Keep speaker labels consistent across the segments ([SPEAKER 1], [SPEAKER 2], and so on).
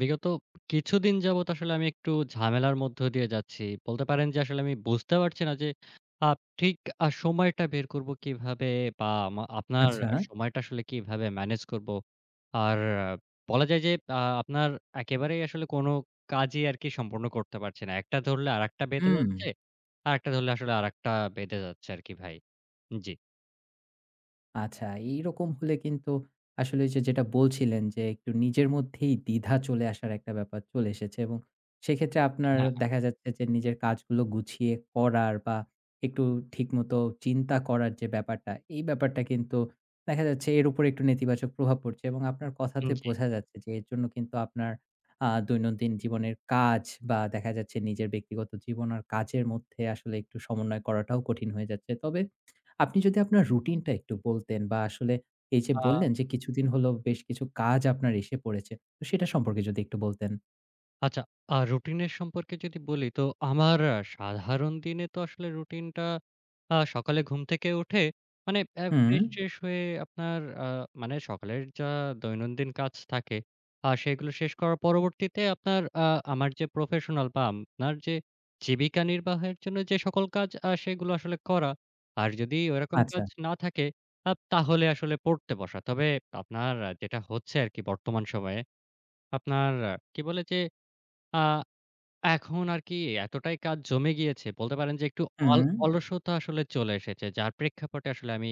[SPEAKER 1] বিগত কিছুদিন যাবৎ আসলে আমি একটু ঝামেলার মধ্য দিয়ে যাচ্ছি। বলতে পারেন যে আসলে আমি বুঝতে পারছি না যে আ ঠিক সময়টা বের করব কিভাবে বা আপনার
[SPEAKER 2] আচ্ছা।
[SPEAKER 1] হুম। সময়টা আসলে কিভাবে ম্যানেজ করব। আর বলা যায় যে আপনার একেবারেই আসলে কোনো কাজই আরকি সম্পূর্ণ করতে পারছি না। একটা ধরলে আরেকটা বেঁধে
[SPEAKER 2] হুম।
[SPEAKER 1] যাচ্ছে। আরেকটা ধরলে আসলে আরেকটা বেঁধে যাচ্ছে আরকি ভাই। জি।
[SPEAKER 2] আচ্ছা, এইরকম হলে কিন্তু আসলে ওই যে যেটা বলছিলেন যে একটু নিজের মধ্যেই দ্বিধা চলে আসার একটা ব্যাপার চলে এসেছে এবং সেক্ষেত্রে আপনার
[SPEAKER 1] হ্যাঁ,
[SPEAKER 2] দেখা যাচ্ছে যে নিজের কাজগুলো গুছিয়ে করার বা একটু ঠিকমতো চিন্তা করার যে ব্যাপারটা, এই ব্যাপারটা কিন্তু দেখা যাচ্ছে এর উপরে একটু নেতিবাচক প্রভাব পড়ছে এবং আপনার কথাতে
[SPEAKER 1] জি।
[SPEAKER 2] বোঝা যাচ্ছে যে এর জন্য কিন্তু আপনার দৈনন্দিন জীবনের কাজ বা দেখা যাচ্ছে নিজের ব্যক্তিগত জীবন আর কাজের মধ্যে আসলে একটু সমন্বয় করাটাও কঠিন হয়ে যাচ্ছে। তবে আপনি যদি আপনার রুটিনটা একটু বলতেন বা আসলে এই যে
[SPEAKER 1] আ
[SPEAKER 2] বললেন যে কিছুদিন হলো বেশ কিছু কাজ আপনার এসে পড়েছে। তো সেটা সম্পর্কে যদি একটু বলতেন?
[SPEAKER 1] আচ্ছা, রুটিনের সম্পর্কে যদি বলি তো আমার সাধারণ দিনে তো আসলে রুটিনটা সকালে ঘুম থেকে উঠে মানে
[SPEAKER 2] হুম,
[SPEAKER 1] ফ্রেশ-ট্রেশ হয়ে আপনার মানে সকালের যা দৈনন্দিন কাজ থাকে সেগুলো শেষ করার পরবর্তীতে আপনার আমার যে প্রফেশনাল বা আপনার যে জীবিকা নির্বাহের জন্য যে সকল কাজ সেগুলো আসলে করা। আর যদি ওইরকম
[SPEAKER 2] আচ্ছা।
[SPEAKER 1] কাজ না থাকে তাহলে আসলে পড়তে বসা। তবে আপনার যেটা হচ্ছে আরকি বর্তমান সময়ে আপনার কি বলে যে আ এখন আর কি এতটাই কাজ জমে গিয়েছে বলতে পারেন যে একটু
[SPEAKER 2] হুম,
[SPEAKER 1] অলসতা আসলে চলে এসেছে। যার প্রেক্ষাপটে আসলে আমি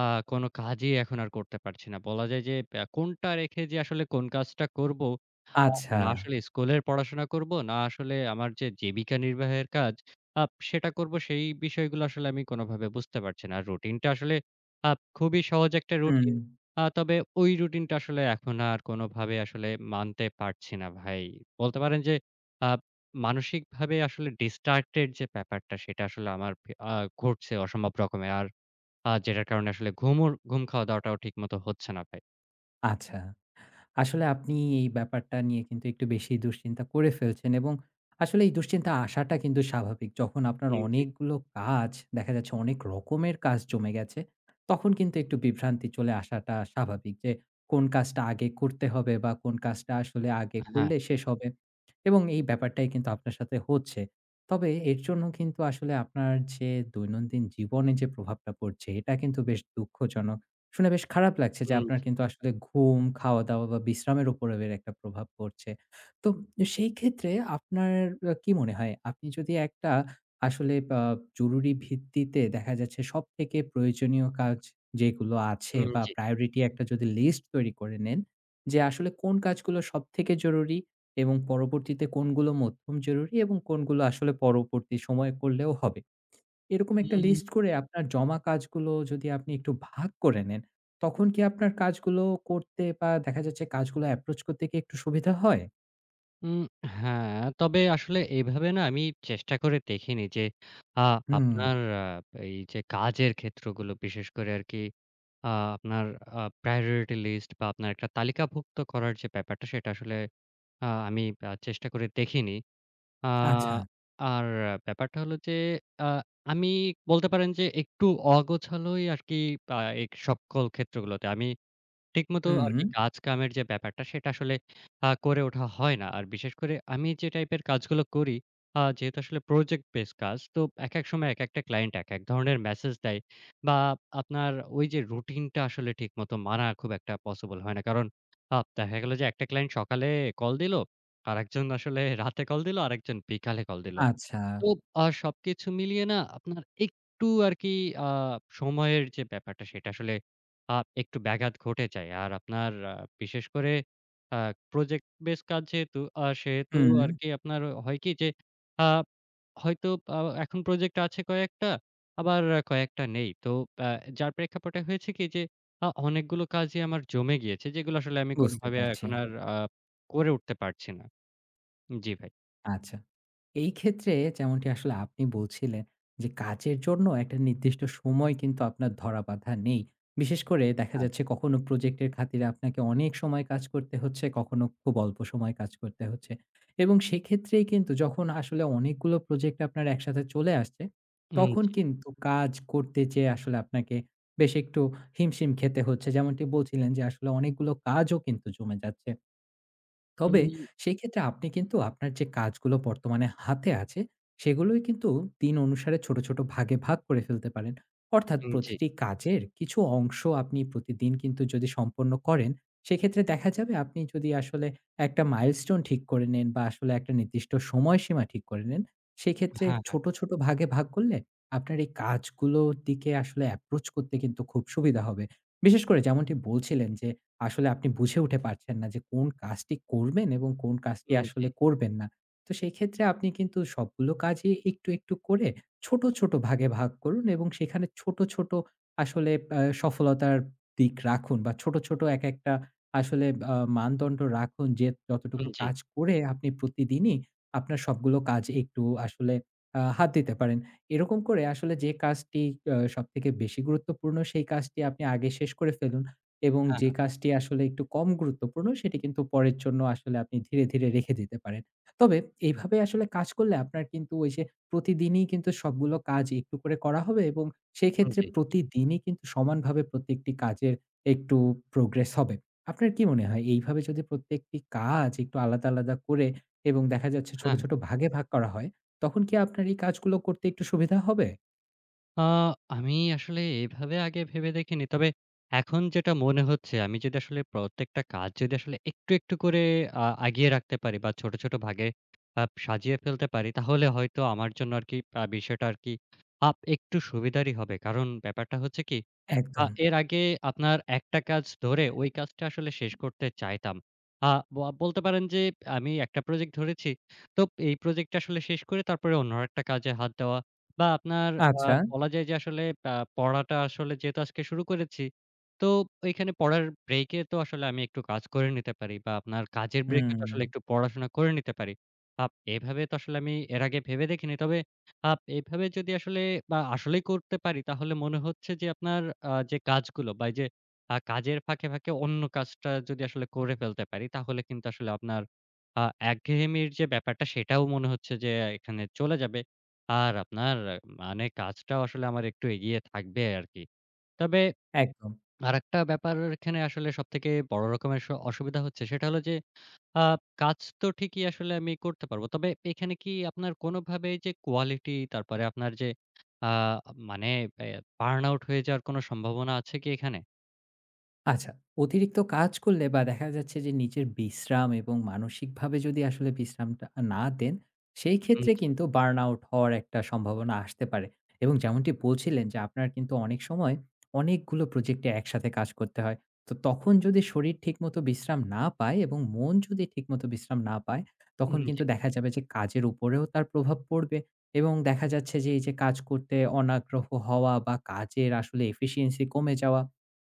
[SPEAKER 1] আ কোনো কাজই এখন আর করতে পারছি না। বলা যায় যে কোনটা রেখে যে আসলে কোন কাজটা করব, আ
[SPEAKER 2] আচ্ছা।
[SPEAKER 1] না আসলে স্কুলের পড়াশোনা করব, না আসলে আমার যে জীবিকা নির্বাহের কাজ সেটা করব সেই বিষয়গুলো আসলে আমি কোনোভাবে বুঝতে পারছি না। আর রুটিনটা আসলে খুবই সহজ একটা
[SPEAKER 2] হুম,
[SPEAKER 1] রুটিন। তবে ওই রুটিনটা আসলে এখন আর কোনোভাবে আসলে মানতে পারছি না ভাই। বলতে পারেন যে আ মানসিকভাবে আসলে distracted যে ব্যাপারটা সেটা আসলে আমার ভে আ ঘটছে অসম্ভব রকমের। আর যেটার কারণে আসলে ঘুম খাওয়া-দাওয়াটাও ঠিকমতো হচ্ছে না ভাই।
[SPEAKER 2] আচ্ছা। আসলে আপনি এই ব্যাপারটা নিয়ে কিন্তু একটু বেশি দুশ্চিন্তা করে ফেলছেন এবং আসলে এই দুশ্চিন্তা আসাটা কিন্তু স্বাভাবিক। যখন আপনার
[SPEAKER 1] উম জি।
[SPEAKER 2] অনেকগুলো কাজ দেখা যাচ্ছে অনেক রকমের কাজ জমে গেছে, তখন কিন্তু একটু বিভ্রান্তি চলে আসাটা স্বাভাবিক যে কোন কাজটা আগে করতে হবে বা কোন কাজটা আসলে আগে
[SPEAKER 1] হ্যাঁ,
[SPEAKER 2] করলে শেষ হবে এবং এই ব্যাপারটাই কিন্তু আপনার সাথে হচ্ছে। তবে এর জন্য কিন্তু আসলে আপনার যে দৈনন্দিন জীবনে যে প্রভাবটা পড়ছে, এটা কিন্তু বেশ দুঃখজনক। শুনে বেশ খারাপ লাগছে যে
[SPEAKER 1] উম
[SPEAKER 2] আপনার
[SPEAKER 1] জি,
[SPEAKER 2] কিন্তু আসলে ঘুম, খাওয়া-দাওয়া বা বিশ্রামের উপরে এর একটা প্রভাব পড়ছে। তো সেই ক্ষেত্রে আপনার কি মনে হয় আপনি যদি একটা আসলে জরুরি ভিত্তিতে দেখা যাচ্ছে সবথেকে প্রয়োজনীয় কাজ যেগুলো আছে
[SPEAKER 1] উম
[SPEAKER 2] বা
[SPEAKER 1] জি।
[SPEAKER 2] প্রায়োরিটি একটা যদি লিস্ট তৈরি করে নেন যে আসলে কোন কাজগুলো সবথেকে জরুরি এবং পরবর্তীতে কোনগুলো মধ্যম জরুরি এবং কোনগুলো আসলে পরবর্তী সময়ে করলেও হবে। এরকম একটা
[SPEAKER 1] উম
[SPEAKER 2] লিস্ট করে আপনার জমা কাজগুলো যদি আপনি একটু ভাগ করে নেন, তখন কি আপনার কাজগুলো করতে বা দেখা যাচ্ছে কাজগুলো approach করতে কি একটু সুবিধা হয়?
[SPEAKER 1] উম হ্যাঁ, তবে আসলে এভাবে না আমি চেষ্টা করে দেখিনি যে আ
[SPEAKER 2] হুম,
[SPEAKER 1] আপনার এই যে কাজের ক্ষেত্রগুলো বিশেষ করে আরকি আ আপনার priority list বা আপনার একটা তালিকাভুক্ত করার যে ব্যাপারটা সেটা আসলে আমি চেষ্টা করে দেখিনি। আ
[SPEAKER 2] আচ্ছা।
[SPEAKER 1] আর ব্যাপারটা হলো যে আ আমি বলতে পারেন যে একটু অগোছালোই আরকি আ এই সকল ক্ষেত্রগুলোতে। আমি ঠিকমতো
[SPEAKER 2] হুম,
[SPEAKER 1] আরকি কাজ কামের যে ব্যাপারটা সেটা আসলে করে ওঠা হয় না। আর বিশেষ করে আমি যে টাইপের কাজগুলো করি, যেহেতু আসলে প্রজেক্ট বেস কাজ তো একেক সময় একেকটা ক্লায়েন্ট একেক ধরনের মেসেজ দেয় বা আপনার ওই যে রুটিনটা আসলে ঠিকমতো মানা খুব একটা পসিবল হয় না। কারণ দেখা গেল যে একটা ক্লায়েন্ট সকালে কল দিল, আরেকজন আসলে রাতে কল দিল, আরেকজন বিকালে কল দিল।
[SPEAKER 2] আচ্ছা।
[SPEAKER 1] তো সবকিছু মিলিয়ে না আপনার একটু আরকি আ সময়ের যে ব্যাপারটা সেটা আসলে আ একটু ব্যাঘাত ঘটে যায়। আর আপনার বিশেষ করে আ প্রজেক্ট বেস কাজ যেহেতু সেহেতু
[SPEAKER 2] হুম,
[SPEAKER 1] আরকি আপনার হয় কি যে আ হয়তো আ এখন প্রজেক্ট আছে কয়েকটা, আবার কয়েকটা নেই। তো আ যার প্রেক্ষাপটে হয়েছে কি যে অনেকগুলো কাজই আমার জমে গিয়েছে যেগুলো আসলে আমি
[SPEAKER 2] বুঝতে
[SPEAKER 1] কোনোভাবে
[SPEAKER 2] পারছি।
[SPEAKER 1] এখন আর করে উঠতে পারছি না। জি ভাই।
[SPEAKER 2] আচ্ছা। এই ক্ষেত্রে যেমনটি আসলে আপনি বলছিলেন যে কাজের জন্য একটা নির্দিষ্ট সময় কিন্তু আপনার ধরা বাঁধা নেই। বিশেষ করে দেখা
[SPEAKER 1] হ্যাঁ।
[SPEAKER 2] যাচ্ছে কখনো প্রজেক্টের খাতিরে আপনাকে অনেক সময় কাজ করতে হচ্ছে, কখনো খুব অল্প সময় কাজ করতে হচ্ছে। এবং সেক্ষেত্রেই কিন্তু যখন আসলে অনেকগুলো প্রজেক্ট আপনার একসাথে চলে আসছে,
[SPEAKER 1] উম
[SPEAKER 2] তখন
[SPEAKER 1] জি।
[SPEAKER 2] কিন্তু কাজ করতে যেয়ে আসলে আপনাকে বেশ একটু হিমশিম খেতে হচ্ছে। যেমনটি বলছিলেন যে আসলে অনেকগুলো কাজও কিন্তু জমে যাচ্ছে। তবে
[SPEAKER 1] উম
[SPEAKER 2] সেই ক্ষেত্রে আপনি কিন্তু আপনার যে কাজগুলো বর্তমানে হাতে আছে, সেগুলোই কিন্তু দিন অনুসারে ছোট, ছোট ভাগে ভাগ করে ফেলতে পারেন। অর্থাৎ
[SPEAKER 1] উম, জি।
[SPEAKER 2] প্রতিটি কাজের কিছু অংশ আপনি প্রতিদিন কিন্তু যদি সম্পন্ন করেন, সেক্ষেত্রে দেখা যাবে আপনি যদি আসলে একটা মাইলস্টোন ঠিক করে নেন বা আসলে একটা নির্দিষ্ট সময়সীমা ঠিক করে নেন, সেক্ষেত্রে
[SPEAKER 1] হ্যাঁ।
[SPEAKER 2] ছোট, ছোট ভাগে ভাগ করলে আপনার এই কাজগুলোর দিকে আসলে অ্যাপ্রোচ করতে কিন্তু খুব সুবিধা হবে। বিশেষ করে যেমনটি বলছিলেন যে আসলে আপনি বুঝে উঠে পারছেন না যে কোন কাজটি করবেন এবং কোন কাজটি
[SPEAKER 1] উম জি,
[SPEAKER 2] আসলে করবেন না। তো সেই ক্ষেত্রে আপনি কিন্তু সবগুলো কাজই একটু, একটু করে ছোট, ছোট ভাগে ভাগ করুন এবং সেখানে ছোট, ছোট আসলে সফলতার দিক রাখুন বা ছোট, ছোট এক একটা আসলে মানদণ্ড রাখুন যে যতটুকু
[SPEAKER 1] উম জি।
[SPEAKER 2] কাজ করে আপনি প্রতিদিনই আপনার সবগুলো কাজ একটু আসলে হাত দিতে পারেন। এরকম করে আসলে যে কাজটি সবথেকে বেশি গুরুত্বপূর্ণ, সেই কাজটি আপনি আগে শেষ করে ফেলুন। এবং
[SPEAKER 1] হ্যাঁ,
[SPEAKER 2] যে
[SPEAKER 1] হ্যাঁ।
[SPEAKER 2] কাজটি আসলে একটু কম গুরুত্বপূর্ণ, সেটি কিন্তু পরের জন্য আসলে আপনি ধীরে, ধীরে রেখে দিতে পারেন। তবে এইভাবে আসলে কাজ করলে আপনার কিন্তু ওই যে প্রতিদিনই কিন্তু সবগুলো কাজ একটু করে করা হবে এবং
[SPEAKER 1] উম
[SPEAKER 2] সেক্ষেত্রে
[SPEAKER 1] জি,
[SPEAKER 2] প্রতিদিনই কিন্তু সমানভাবে প্রত্যেকটি কাজের একটু প্রোগ্রেস হবে। আপনার কি মনে হয় এইভাবে যদি প্রত্যেকটি কাজ একটু আলাদা, আলাদা করে এবং দেখা যাচ্ছে ছোট,
[SPEAKER 1] হ্যাঁ।
[SPEAKER 2] ছোট ভাগে ভাগ করা হয়, তখন কি আপনার এই কাজগুলো করতে একটু সুবিধা হবে?
[SPEAKER 1] আ আমি আসলে এভাবে আগে ভেবে দেখিনি। তবে এখন যেটা মনে হচ্ছে আমি যদি আসলে প্রত্যেকটা কাজ যদি আসলে একটু, একটু করে আগিয়ে রাখতে পারি বা ছোট, ছোট ভাগে সাজিয়ে ফেলতে পারি তাহলে হয়তো আমার জন্য আরকি বিষয়টা আরকি একটু সুবিধারই হবে। কারণ ব্যাপারটা হচ্ছে কি
[SPEAKER 2] একদম।
[SPEAKER 1] এর আগে আপনার একটা কাজ ধরে ওই কাজটা আসলে শেষ করতে চাইতাম। আ বলতে পারেন যে আমি একটা প্রজেক্ট ধরেছি। তো এই প্রজেক্টটা আসলে শেষ করে তারপরে অন্য আরেকটা কাজে হাত দেওয়া বা আপনার আ
[SPEAKER 2] আচ্ছা।
[SPEAKER 1] বলা যায় যে আসলে পড়াটা আসলে যেহেতু আজকে শুরু করেছি, তো ওইখানে পড়ার ব্রেকে তো আসলে আমি একটু কাজ করে নিতে পারি বা আপনার কাজের ব্রেকে তো আসলে
[SPEAKER 2] হুম,
[SPEAKER 1] একটু পড়াশোনা করে নিতে পারি। এভাবে তো আসলে আমি এর আগে ভেবে দেখিনি। তবে এভাবে যদি আসলে বা আসলেই করতে পারি তাহলে মনে হচ্ছে যে আপনার যে কাজগুলো বা এই যে কাজের ফাঁকে, ফাঁকে অন্য কাজটা যদি আসলে করে ফেলতে পারি তাহলে কিন্তু আসলে আপনার আ একঘেয়েমির যে ব্যাপারটা সেটাও মনে হচ্ছে যে এখানে চলে যাবে। আর আপনার মানে কাজটাও আসলে আমার একটু এগিয়ে থাকবে আরকি। তবে
[SPEAKER 2] একদম।
[SPEAKER 1] আরেকটা ব্যাপার এখানে আসলে সবথেকে বড় রকমের অসুবিধা হচ্ছে সেটা হলো যে আ কাজ তো ঠিকই আসলে আমি করতে পারব। তবে এখানে কি আপনার কোনোভাবে যে কোয়ালিটি তারপরে আপনার যে আ মানে এ বার্ন আউট হয়ে যাওয়ার কোনো সম্ভাবনা আছে কি এখানে?
[SPEAKER 2] আচ্ছা, অতিরিক্ত কাজ করলে বা দেখা যাচ্ছে যে নিজের বিশ্রাম এবং মানসিকভাবে যদি আসলে বিশ্রামটা না দেন, সেই
[SPEAKER 1] উম
[SPEAKER 2] ক্ষেত্রে
[SPEAKER 1] জি,
[SPEAKER 2] কিন্তু বার্ন আউট হওয়ার একটা সম্ভাবনা আসতে পারে। এবং যেমনটি বলছিলেন যে আপনার কিন্তু অনেক সময় অনেকগুলো প্রজেক্টে একসাথে কাজ করতে হয়। তো তখন যদি শরীর ঠিকমতো বিশ্রাম না পায় এবং মন যদি ঠিকমতো বিশ্রাম না পায়, তখন
[SPEAKER 1] উম
[SPEAKER 2] কিন্তু
[SPEAKER 1] জি।
[SPEAKER 2] দেখা যাবে যে কাজের উপরেও তার প্রভাব পড়বে এবং দেখা যাচ্ছে যে এই যে কাজ করতে অনাগ্রহ হওয়া বা কাজের আসলে এফিশিয়েন্সি কমে যাওয়া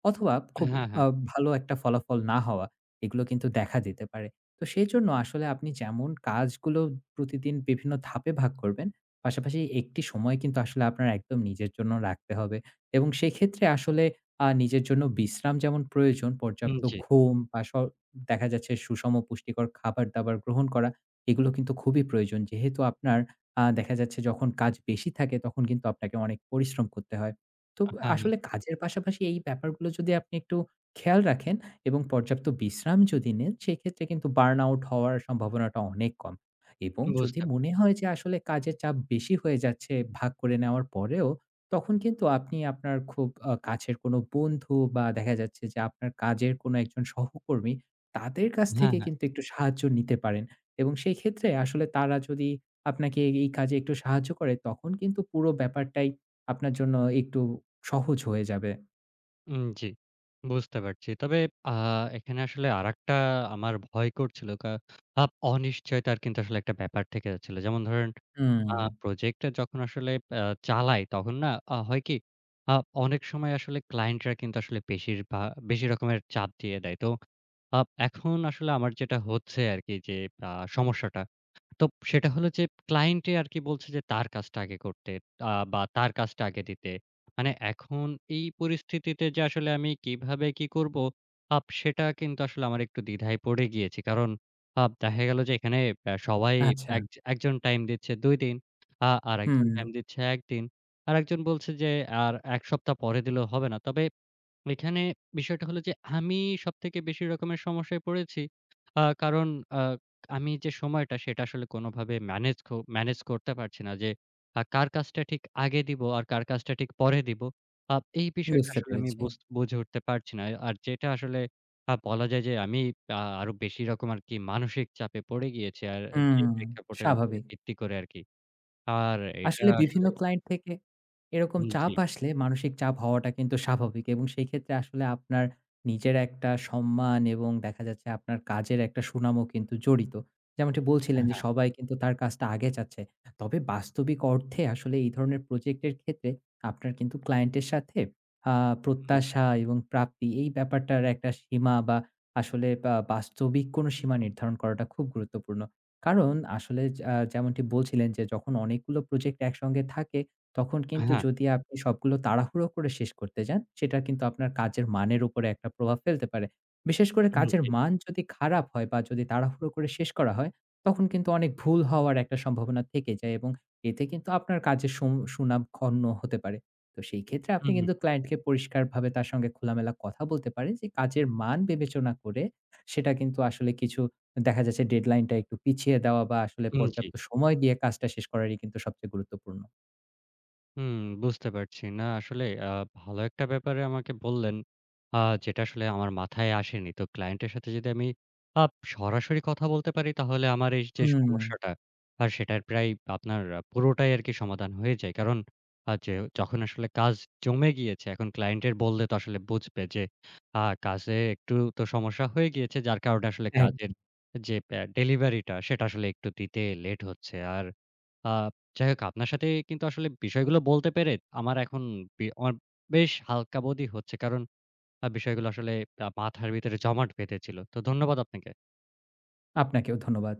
[SPEAKER 2] অথবা খুব
[SPEAKER 1] হ্যাঁ,
[SPEAKER 2] আ
[SPEAKER 1] হ্যাঁ।
[SPEAKER 2] ভালো একটা ফলাফল না হওয়া, এগুলো কিন্তু দেখা দিতে পারে। তো সেজন্য আসলে আপনি যেমন কাজগুলো প্রতিদিন বিভিন্ন ধাপে ভাগ করবেন, পাশাপাশি একটি সময় কিন্তু আসলে আপনার একদম নিজের জন্য রাখতে হবে এবং সেক্ষেত্রে আসলে নিজের জন্য বিশ্রাম যেমন প্রয়োজন,
[SPEAKER 1] উম
[SPEAKER 2] পর্যাপ্ত
[SPEAKER 1] জি।
[SPEAKER 2] ঘুম বা দেখা যাচ্ছে সুষম পুষ্টিকর খাবার-দাবার গ্রহণ করা, এগুলো কিন্তু খুবই প্রয়োজন। যেহেতু আপনার দেখা যাচ্ছে যখন কাজ বেশি থাকে, তখন কিন্তু আপনাকে অনেক পরিশ্রম করতে হয়। তো
[SPEAKER 1] হ্যাঁ, হ্যাঁ।
[SPEAKER 2] আসলে কাজের পাশাপাশি এই ব্যাপারগুলো যদি আপনি একটু খেয়াল রাখেন এবং পর্যাপ্ত বিশ্রাম যদি নেন, সেক্ষেত্রে কিন্তু বার্ন আউট হওয়ার সম্ভাবনাটা অনেক কম। এবং যদি
[SPEAKER 1] বুঝতে
[SPEAKER 2] মনে
[SPEAKER 1] পারছি।
[SPEAKER 2] হয় যে আসলে কাজের চাপ বেশি হয়ে যাচ্ছে ভাগ করে নেওয়ার পরেও, তখন কিন্তু আপনি আপনার খুব কাছের কোনো বন্ধু বা দেখা যাচ্ছে যে আপনার কাজের কোনো একজন সহকর্মী, তাদের কাছ
[SPEAKER 1] হ্যাঁ,
[SPEAKER 2] থেকে
[SPEAKER 1] হ্যাঁ।
[SPEAKER 2] কিন্তু একটু সাহায্য নিতে পারেন। এবং সেই ক্ষেত্রে আসলে তারা যদি আপনাকে এই কাজে একটু সাহায্য করে, তখন কিন্তু পুরো ব্যাপারটাই আপনার জন্য একটু সহজ হয়ে যাবে।
[SPEAKER 1] উম জি। বুঝতে পারছি। তবে আ এখানে আসলে আরেকটা আমার ভয় করছিল। অনিশ্চয়তার কিন্তু আসলে একটা ব্যাপার থেকে যাচ্ছিল। যেমন ধরেন
[SPEAKER 2] হুম,
[SPEAKER 1] আ প্রজেক্টটা যখন আসলে আ চালাই তখন না হয় কি? আ অনেক সময় আসলে ক্লায়েন্টরা কিন্তু আসলে বেশি রকমের চাপ দিয়ে দেয়। তো এখন আসলে আমার যেটা হচ্ছে আরকি যে আ সমস্যাটা। তো সেটা হলো যে ক্লায়েন্টে আরকি বলছে যে তার কাজটা আগে করতে বা তার কাজটা আগে দিতে। মানে এখন এই পরিস্থিতিতে যে আসলে আমি কিভাবে কি করব? সেটা কিন্তু আসলে আমার একটু দ্বিধায় পড়ে গিয়েছি। কারণ দেখা গেল যে এখানে সবাই
[SPEAKER 2] আচ্ছা।
[SPEAKER 1] এক একজন টাইম দিচ্ছে ২ দিন। আ
[SPEAKER 2] হুম,
[SPEAKER 1] আরেকজন টাইম দিচ্ছে ১ দিন। আরেকজন বলছে যে, "আর ১ সপ্তাহ পরে দিলেও হবে না।" তবে এখানে বিষয়টা হলো যে, আমি সবথেকে বেশি রকমের সমস্যায় পড়েছি। কারণ আ আমি যে সময়টা সেটা আসলে কোনোভাবে ম্যানেজ করতে পারছি না যে, কার কাজটা ঠিক আগে দিব আর কার কাজটা ঠিক পরে দিব। আ এই বিষয়টা
[SPEAKER 2] বুঝতে
[SPEAKER 1] আসলে আমি
[SPEAKER 2] পেরেছি।
[SPEAKER 1] বুঝে উঠতে পারছি না। আর যেটা আসলে বলা যায় যে, আমি আরো বেশি রকম আরকি মানসিক চাপে পড়ে গিয়েছি। আর
[SPEAKER 2] হুম,
[SPEAKER 1] যে প্রেক্ষাপটের উপরে
[SPEAKER 2] স্বাভাবিক।
[SPEAKER 1] ভিত্তি করে আরকি। আর এটা
[SPEAKER 2] আসলে বিভিন্ন
[SPEAKER 1] আসলে
[SPEAKER 2] ক্লায়েন্ট থেকে এরকম
[SPEAKER 1] উম
[SPEAKER 2] চাপ
[SPEAKER 1] জি।
[SPEAKER 2] আসলে মানসিক চাপ হওয়াটা কিন্তু স্বাভাবিক এবং সেই ক্ষেত্রে আসলে আপনার নিজের একটা সম্মান এবং দেখা যাচ্ছে আপনার কাজের একটা সুনামও কিন্তু জড়িত। যেমনটি বলছিলেন
[SPEAKER 1] হ্যাঁ,
[SPEAKER 2] যে সবাই কিন্তু তার কাজটা আগে চাচ্ছে। তবে বাস্তবিক অর্থে আসলে এই ধরনের প্রজেক্টের ক্ষেত্রে আপনার কিন্তু ক্লায়েন্টের সাথে আ
[SPEAKER 1] জি।
[SPEAKER 2] প্রত্যাশা এবং প্রাপ্তি এই ব্যাপারটার একটা সীমা বা আসলে বা বাস্তবিক কোনো সীমা নির্ধারণ করাটা খুব গুরুত্বপূর্ণ। কারণ আসলে যেমনটি বলছিলেন যে যখন অনেকগুলো প্রজেক্ট একসঙ্গে থাকে, তখন কিন্তু
[SPEAKER 1] হ্যাঁ,
[SPEAKER 2] যদি আপনি সবগুলো তাড়াহুড়ো করে শেষ করতে যান, সেটা কিন্তু আপনার কাজের মানের উপরে একটা প্রভাব ফেলতে পারে। বিশেষ করে
[SPEAKER 1] হুম,
[SPEAKER 2] কাজের
[SPEAKER 1] জি।
[SPEAKER 2] মান যদি খারাপ হয় বা যদি তাড়াহুড়ো করে শেষ করা হয়, তখন কিন্তু অনেক ভুল হওয়ার একটা সম্ভাবনা থেকে যায় এবং এতে কিন্তু আপনার কাজের সুনাম ক্ষুণ্ণ হতে পারে। তো সেই ক্ষেত্রে আপনি
[SPEAKER 1] হুম,
[SPEAKER 2] কিন্তু ক্লায়েন্টকে পরিষ্কারভাবে তার সঙ্গে খোলামেলা কথা বলতে পারেন যে কাজের মান বিবেচনা করে সেটা কিন্তু আসলে কিছু দেখা যাচ্ছে ডেডলাইনটা একটু পিছিয়ে দেওয়া বা আসলে
[SPEAKER 1] হুম, জি।
[SPEAKER 2] পর্যাপ্ত সময় দিয়ে কাজটা শেষ করারই কিন্তু সবচেয়ে গুরুত্বপূর্ণ।
[SPEAKER 1] হুম, বুঝতে পারছি। না আসলে ভালো একটা ব্যাপারে আমাকে বললেন, আ যেটা আসলে আমার মাথায় আসেনি। তো ক্লায়েন্টের সাথে যদি আমি সরাসরি কথা বলতে পারি তাহলে আমার এই যে
[SPEAKER 2] হুম,
[SPEAKER 1] সমস্যাটা, সেটার প্রায় আপনার পুরোটাই আরকি সমাধান হয়ে যায়। কারণ আ যে যখন আসলে কাজ জমে গিয়েছে, এখন ক্লায়েন্টের বললে তো আসলে বুঝবে যে আ কাজে একটু তো সমস্যা হয়ে গিয়েছে, যার কারণে আসলে কাজের
[SPEAKER 2] একদম।
[SPEAKER 1] যে ডেলিভারিটা সেটা আসলে একটু দিতে লেট হচ্ছে। আর আ যাই হোক আপনার সাথে কিন্তু আসলে বিষয়গুলো বলতে পেরে আমার এখন বি আমার বেশ হালকা বোধই হচ্ছে। কারণ বিষয়গুলো আসলে মাথার ভিতরে জমাট বেঁধেছিল। তো ধন্যবাদ আপনাকে।
[SPEAKER 2] আপনাকেও ধন্যবাদ।